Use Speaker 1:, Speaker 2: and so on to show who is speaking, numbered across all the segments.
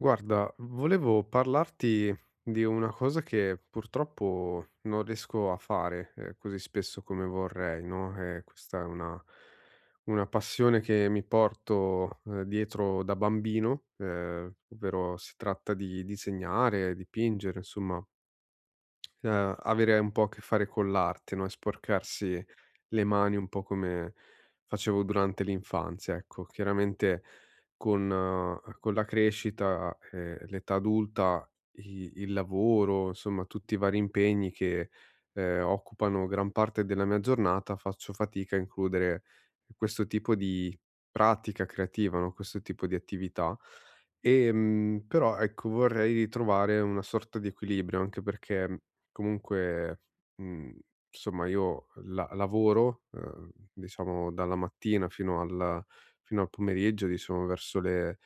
Speaker 1: Guarda, volevo parlarti di una cosa che purtroppo non riesco a fare, così spesso come vorrei, no, questa è una passione che mi porto, dietro da bambino, ovvero si tratta di disegnare, dipingere, insomma avere un po' a che fare con l'arte, no, e sporcarsi le mani un po' come facevo durante l'infanzia, ecco. Chiaramente con la crescita, l'età adulta, i il lavoro, insomma tutti i vari impegni che, occupano gran parte della mia giornata, faccio fatica a includere questo tipo di pratica creativa, no, questo tipo di attività. Però ecco vorrei ritrovare una sorta di equilibrio, anche perché comunque, mhmm, insomma io la lavoro, diciamo dalla mattina fino al pomeriggio, diciamo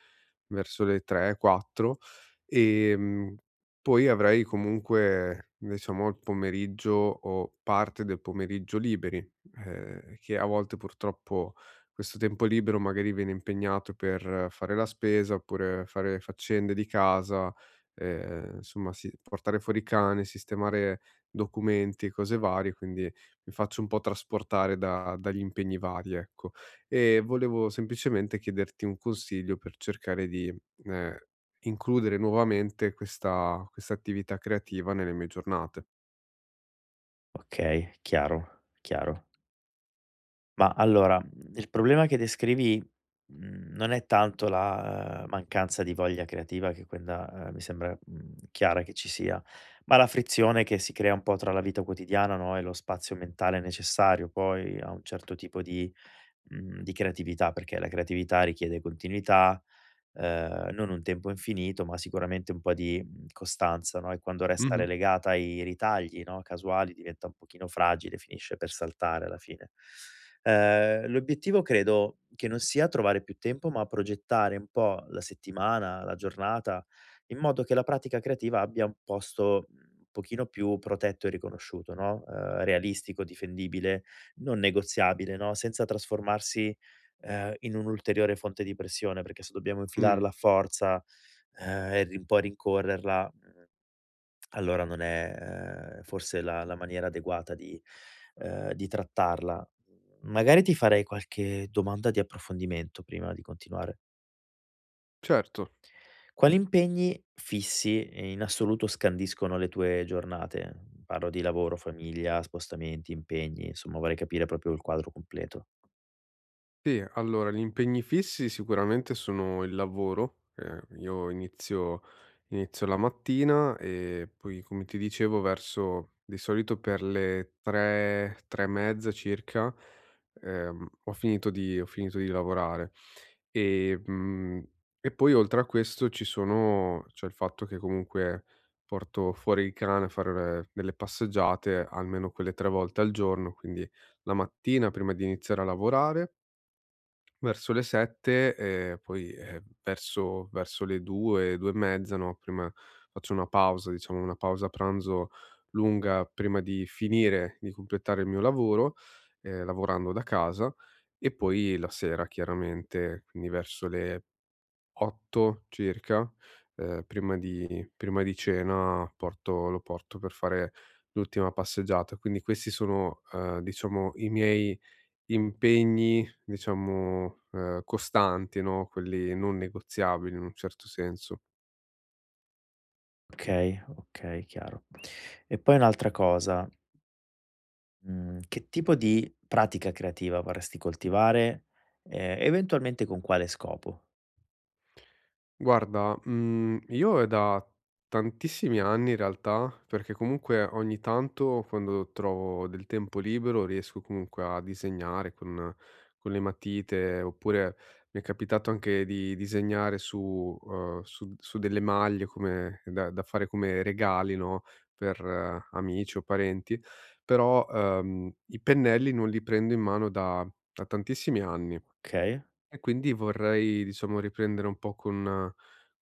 Speaker 1: verso le 3, 4, ehm, poi avrei comunque, diciamo il pomeriggio o parte del pomeriggio liberi, che a volte purtroppo questo tempo libero magari viene impegnato per fare la spesa, oppure fare faccende di casa, insomma si portare fuori cane, sistemare documenti e cose varie, quindi mi faccio un po' trasportare da dagli impegni vari, ecco. E volevo semplicemente chiederti un consiglio per cercare di, ehm, includere nuovamente questa attività creativa nelle mie giornate.
Speaker 2: Okay, chiaro, chiaro. Ma allora, il problema che descrivi, non è tanto la mancanza di voglia creativa, che quella, mi sembra, chiara che ci sia, ma la frizione che si crea un po' tra la vita quotidiana, no, e lo spazio mentale necessario poi a un certo tipo di di creatività, perché la creatività richiede continuità, non un tempo infinito, ma sicuramente un po' di, costanza, no, e quando resta
Speaker 1: Mh-mh.
Speaker 2: relegata ai ritagli, no, casuali, diventa un pochino fragile, finisce per saltare alla fine. L'obiettivo credo che non sia trovare più tempo, ma progettare un po' la settimana, la giornata, in modo che la pratica creativa abbia un posto, un pochino più protetto e riconosciuto, no, realistico, difendibile, non negoziabile, no, senza trasformarsi in un'ulteriore fonte di pressione, perché se dobbiamo
Speaker 1: Mh,
Speaker 2: infilarla a forza, e rincorrerla, allora non è, forse la maniera adeguata di trattarla. Magari ti farei qualche domanda di approfondimento prima di continuare.
Speaker 1: certo.
Speaker 2: Quali impegni fissi in assoluto scandiscono le tue giornate? Parlo di lavoro, famiglia, spostamenti, impegni, insomma vorrei capire proprio il quadro completo.
Speaker 1: Sì, allora gli impegni fissi sicuramente sono il lavoro, io inizio la mattina e poi come ti dicevo verso di solito per le 3, 3 e mezza circa, ho finito di lavorare. E, e poi oltre a questo ci sono c'è il fatto che comunque porto fuori il cane a fare delle passeggiate almeno quelle 3 volte al giorno, quindi la mattina prima di iniziare a lavorare verso le 7 e poi, verso le 2, 2 e mezza, no, prima faccio una pausa, diciamo una pausa pranzo lunga prima di finire di completare il mio lavoro, lavorando da casa, e poi la sera chiaramente, quindi verso le 8 circa, ehm, prima di prima di cena porto per fare l'ultima passeggiata. Quindi questi sono, diciamo i miei impegni, diciamo, costanti, no, quelli non negoziabili in un certo senso.
Speaker 2: Okay, okay, chiaro. E poi un'altra cosa, Mhmm, che tipo di pratica creativa vorresti coltivare, eventualmente con quale scopo,
Speaker 1: Guarda, io è da tantissimi anni in realtà, perché comunque ogni tanto quando trovo del tempo libero riesco comunque a disegnare con le matite, oppure mi è capitato anche di disegnare su su delle maglie come da fare come regali, no, per amici o parenti, però, i pennelli non li prendo in mano da tantissimi anni.
Speaker 2: okay?
Speaker 1: E quindi vorrei, diciamo, riprendere un po'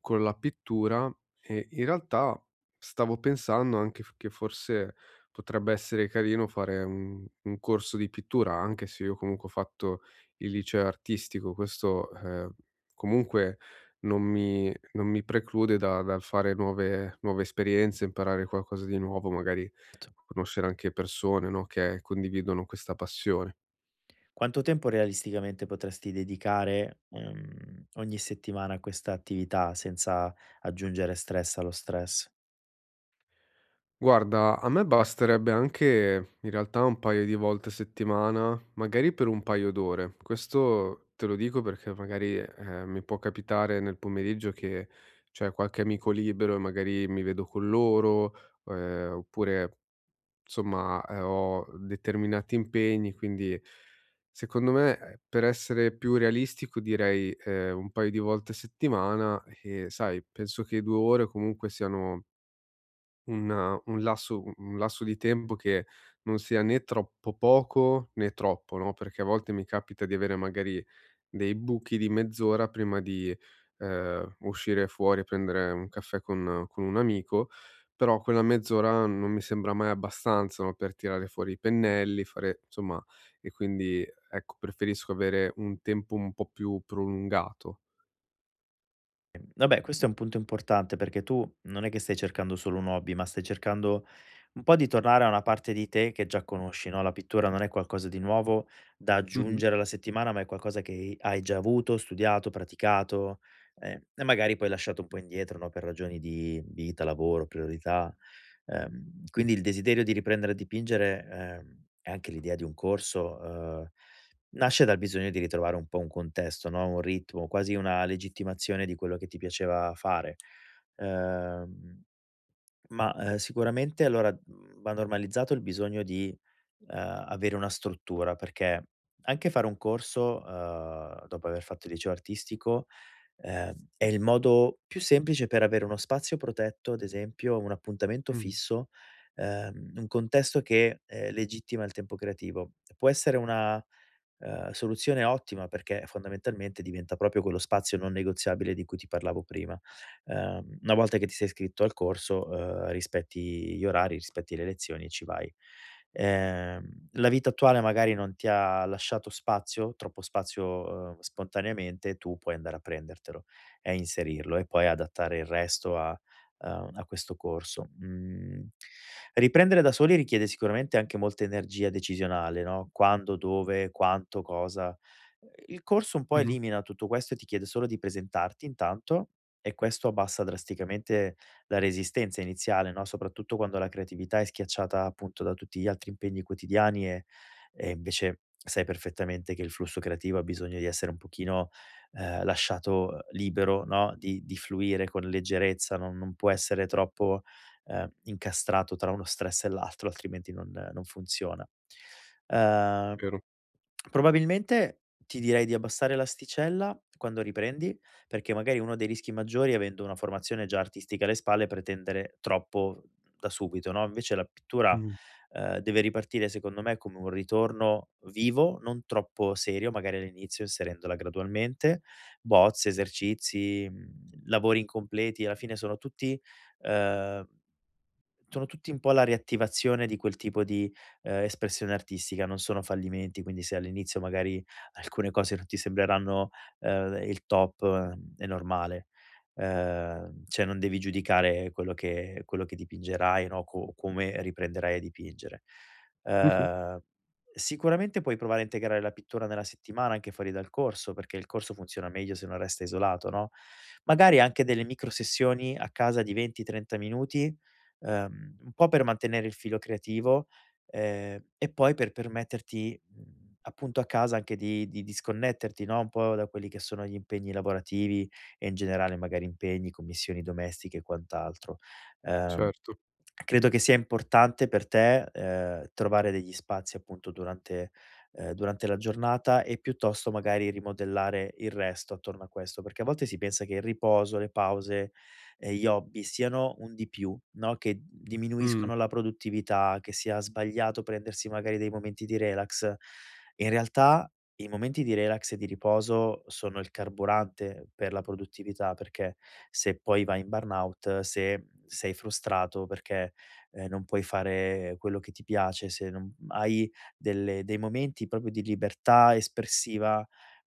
Speaker 1: con la pittura, e in realtà stavo pensando anche f che forse potrebbe essere carino fare un corso di pittura, anche se io comunque ho fatto il liceo artistico, questo, comunque non mi preclude da dal fare nuove esperienze, imparare qualcosa di nuovo, magari conoscere anche persone, no, che condividono questa passione.
Speaker 2: Quanto tempo realisticamente potresti dedicare, ogni settimana a questa attività senza aggiungere stress allo stress?
Speaker 1: Guarda, a me basterebbe anche in realtà un paio di volte a settimana, magari per un paio d'ore. Questo te lo dico perché magari mi può capitare nel pomeriggio che c'è qualche amico libero e magari mi vedo con loro, oppure insomma ho determinati impegni, quindi secondo me per essere più realistico direi un paio di volte a settimana e sai, penso che due ore comunque siano un un lasso di tempo che non sia né troppo poco né troppo, no, perché a volte mi capita di avere magari dei buchi di mezz'ora prima di, uscire fuori e prendere un caffè con un amico, però quella mezz'ora non mi sembra mai abbastanza, no, per tirare fuori i pennelli, fare insomma, e quindi ecco, preferisco avere un tempo un po' più prolungato.
Speaker 2: Vabbè, questo è un punto importante perché tu non è che stai cercando solo un hobby, ma stai cercando un po' di tornare a una parte di te che già conosci, no? La pittura non è qualcosa di nuovo da
Speaker 1: Mh-mh,
Speaker 2: aggiungere alla settimana, ma è qualcosa che hai già avuto, studiato, praticato, e magari poi lasciato un po' indietro, no? Per ragioni di vita, lavoro, priorità. Quindi il desiderio di riprendere a dipingere, e anche l'idea di un corso, nasce dal bisogno di ritrovare un po' un contesto, no, un ritmo, quasi una legittimazione di quello che ti piaceva fare. Ehm, ma, sicuramente allora, va normalizzato il bisogno di, avere una struttura, perché anche fare un corso, dopo aver fatto il liceo artistico, è il modo più semplice per avere uno spazio protetto, ad esempio, un appuntamento
Speaker 1: mh-mh,
Speaker 2: fisso, un contesto che, legittima il tempo creativo. Può essere una soluzione ottima perché fondamentalmente diventa proprio quello spazio non negoziabile di cui ti parlavo prima. Una volta che ti sei iscritto al corso, rispetti gli orari, rispetti le lezioni e ci vai. La vita attuale magari non ti ha lasciato spazio, troppo spazio, spontaneamente, tu puoi andare a prendertelo e inserirlo e poi adattare il resto a a questo corso. Mhmm, Riprendere da soli richiede sicuramente anche molta energia decisionale, no, quando, dove, quanto, cosa. Il corso un po'
Speaker 1: mh-mh,
Speaker 2: elimina tutto questo e ti chiede solo di presentarti, intanto, e questo abbassa drasticamente la resistenza iniziale, no, soprattutto quando la creatività è schiacciata appunto da tutti gli altri impegni quotidiani, e invece sai perfettamente che il flusso creativo ha bisogno di essere un pochino lasciato libero, no, di fluire con leggerezza, non può essere troppo, incastrato tra uno stress e l'altro, altrimenti non funziona. Ehm
Speaker 1: vero.
Speaker 2: Probabilmente ti direi di abbassare l'asticella quando riprendi, perché magari uno dei rischi maggiori, avendo una formazione già artistica alle spalle, è pretendere troppo da subito, no? Invece la pittura,
Speaker 1: Mh-mh,
Speaker 2: deve ripartire secondo me come un ritorno vivo, non troppo serio, magari all'inizio inserendola gradualmente, bozze, esercizi, mhmm, lavori incompleti, alla fine ehm, sono tutti un po' la riattivazione di quel tipo di espressione artistica, non sono fallimenti, quindi se all'inizio magari alcune cose non ti sembreranno, il top, mhmm, è normale. Cioè non devi giudicare quello che dipingerai, no, co come riprenderai a dipingere.
Speaker 1: mh-mh,
Speaker 2: Ehm, Sicuramente puoi provare a integrare la pittura nella settimana anche fuori dal corso, perché il corso funziona meglio se non resta isolato, no, magari anche delle micro sessioni a casa di 20, 30 minuti, un po' per mantenere il filo creativo. E poi per permetterti, appunto a casa anche di disconnetterti, no, un po' da quelli che sono gli impegni lavorativi, e in generale magari impegni, commissioni domestiche e quant'altro. Ehm,
Speaker 1: certo.
Speaker 2: Credo che sia importante per te, trovare degli spazi appunto durante durante la giornata, e piuttosto magari rimodellare il resto attorno a questo, perché a volte si pensa che il riposo, le pause, gli hobby siano un di più, no, che
Speaker 1: Mh,
Speaker 2: diminuiscono la produttività, che sia sbagliato prendersi magari dei momenti di relax. In realtà i momenti di relax e di riposo sono il carburante per la produttività, perché se poi vai in burnout, se sei frustrato perché, non puoi fare quello che ti piace, se non hai delle dei momenti proprio di libertà espressiva,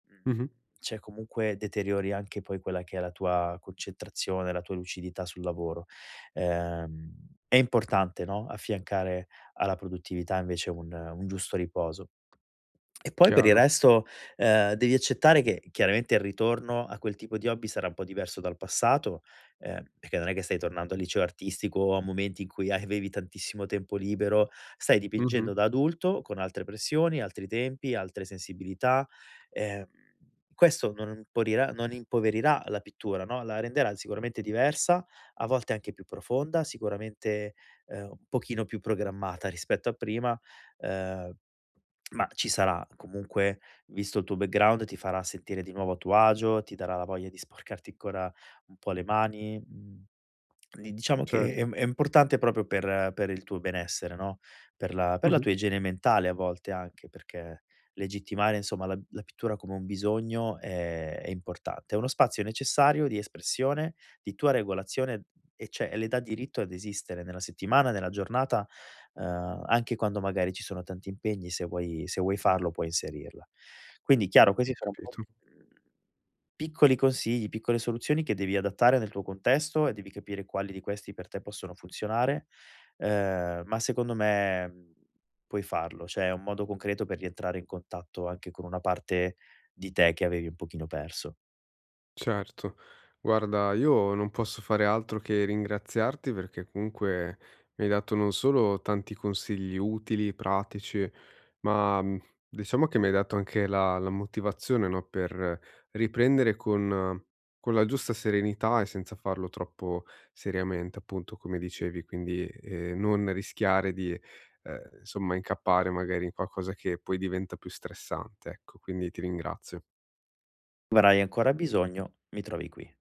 Speaker 2: mhmm
Speaker 1: mh-mh.
Speaker 2: cioè comunque deteriori anche poi quella che è la tua concentrazione, la tua lucidità sul lavoro. Ehm, è importante, no, affiancare alla produttività invece un giusto riposo. E poi per il
Speaker 1: Chiaro.
Speaker 2: resto, devi accettare che chiaramente il ritorno a quel tipo di hobby sarà un po' diverso dal passato, perché non è che stai tornando al liceo artistico o a momenti in cui avevi tantissimo tempo libero, stai
Speaker 1: Mh-mh.
Speaker 2: dipingendo da adulto con altre pressioni, altri tempi, altre sensibilità. Ehm, Questo non impoverirà la pittura, no, la renderà sicuramente diversa, a volte anche più profonda, sicuramente, un pochino più programmata rispetto a prima, ehm ma ci sarà, comunque, visto il tuo background, ti farà sentire di nuovo a tuo agio, ti darà la voglia di sporcarti ancora un po' le mani, mhmm, di diciamo che
Speaker 1: Certo.
Speaker 2: è importante proprio per il tuo benessere, no, per la
Speaker 1: Mh-mh.
Speaker 2: tua igiene mentale a volte anche, perché legittimare insomma la pittura come un bisogno è importante. È uno spazio necessario di espressione, di tua regolazione, e cioè le dà diritto ad esistere nella settimana, nella giornata, anche quando magari ci sono tanti impegni, se vuoi se vuoi farlo puoi inserirla. Quindi chiaro questi
Speaker 1: Ho
Speaker 2: sono un po',
Speaker 1: capito.
Speaker 2: mhmm, piccoli consigli, piccole soluzioni che devi adattare nel tuo contesto, e devi capire quali di questi per te possono funzionare, ma secondo me, puoi farlo, cioè è un modo concreto per rientrare in contatto anche con una parte di te che avevi un pochino perso.
Speaker 1: Certo. Guarda, io non posso fare altro che ringraziarti perché comunque mi hai dato non solo tanti consigli utili, pratici, ma diciamo che mi hai dato anche la, la motivazione, no, per riprendere con la giusta serenità e senza farlo troppo seriamente, appunto, come dicevi, quindi non rischiare di, insomma, incappare magari in qualcosa che poi diventa più stressante. Ecco, quindi ti ringrazio.
Speaker 2: Avrai ancora bisogno, mi trovi qui.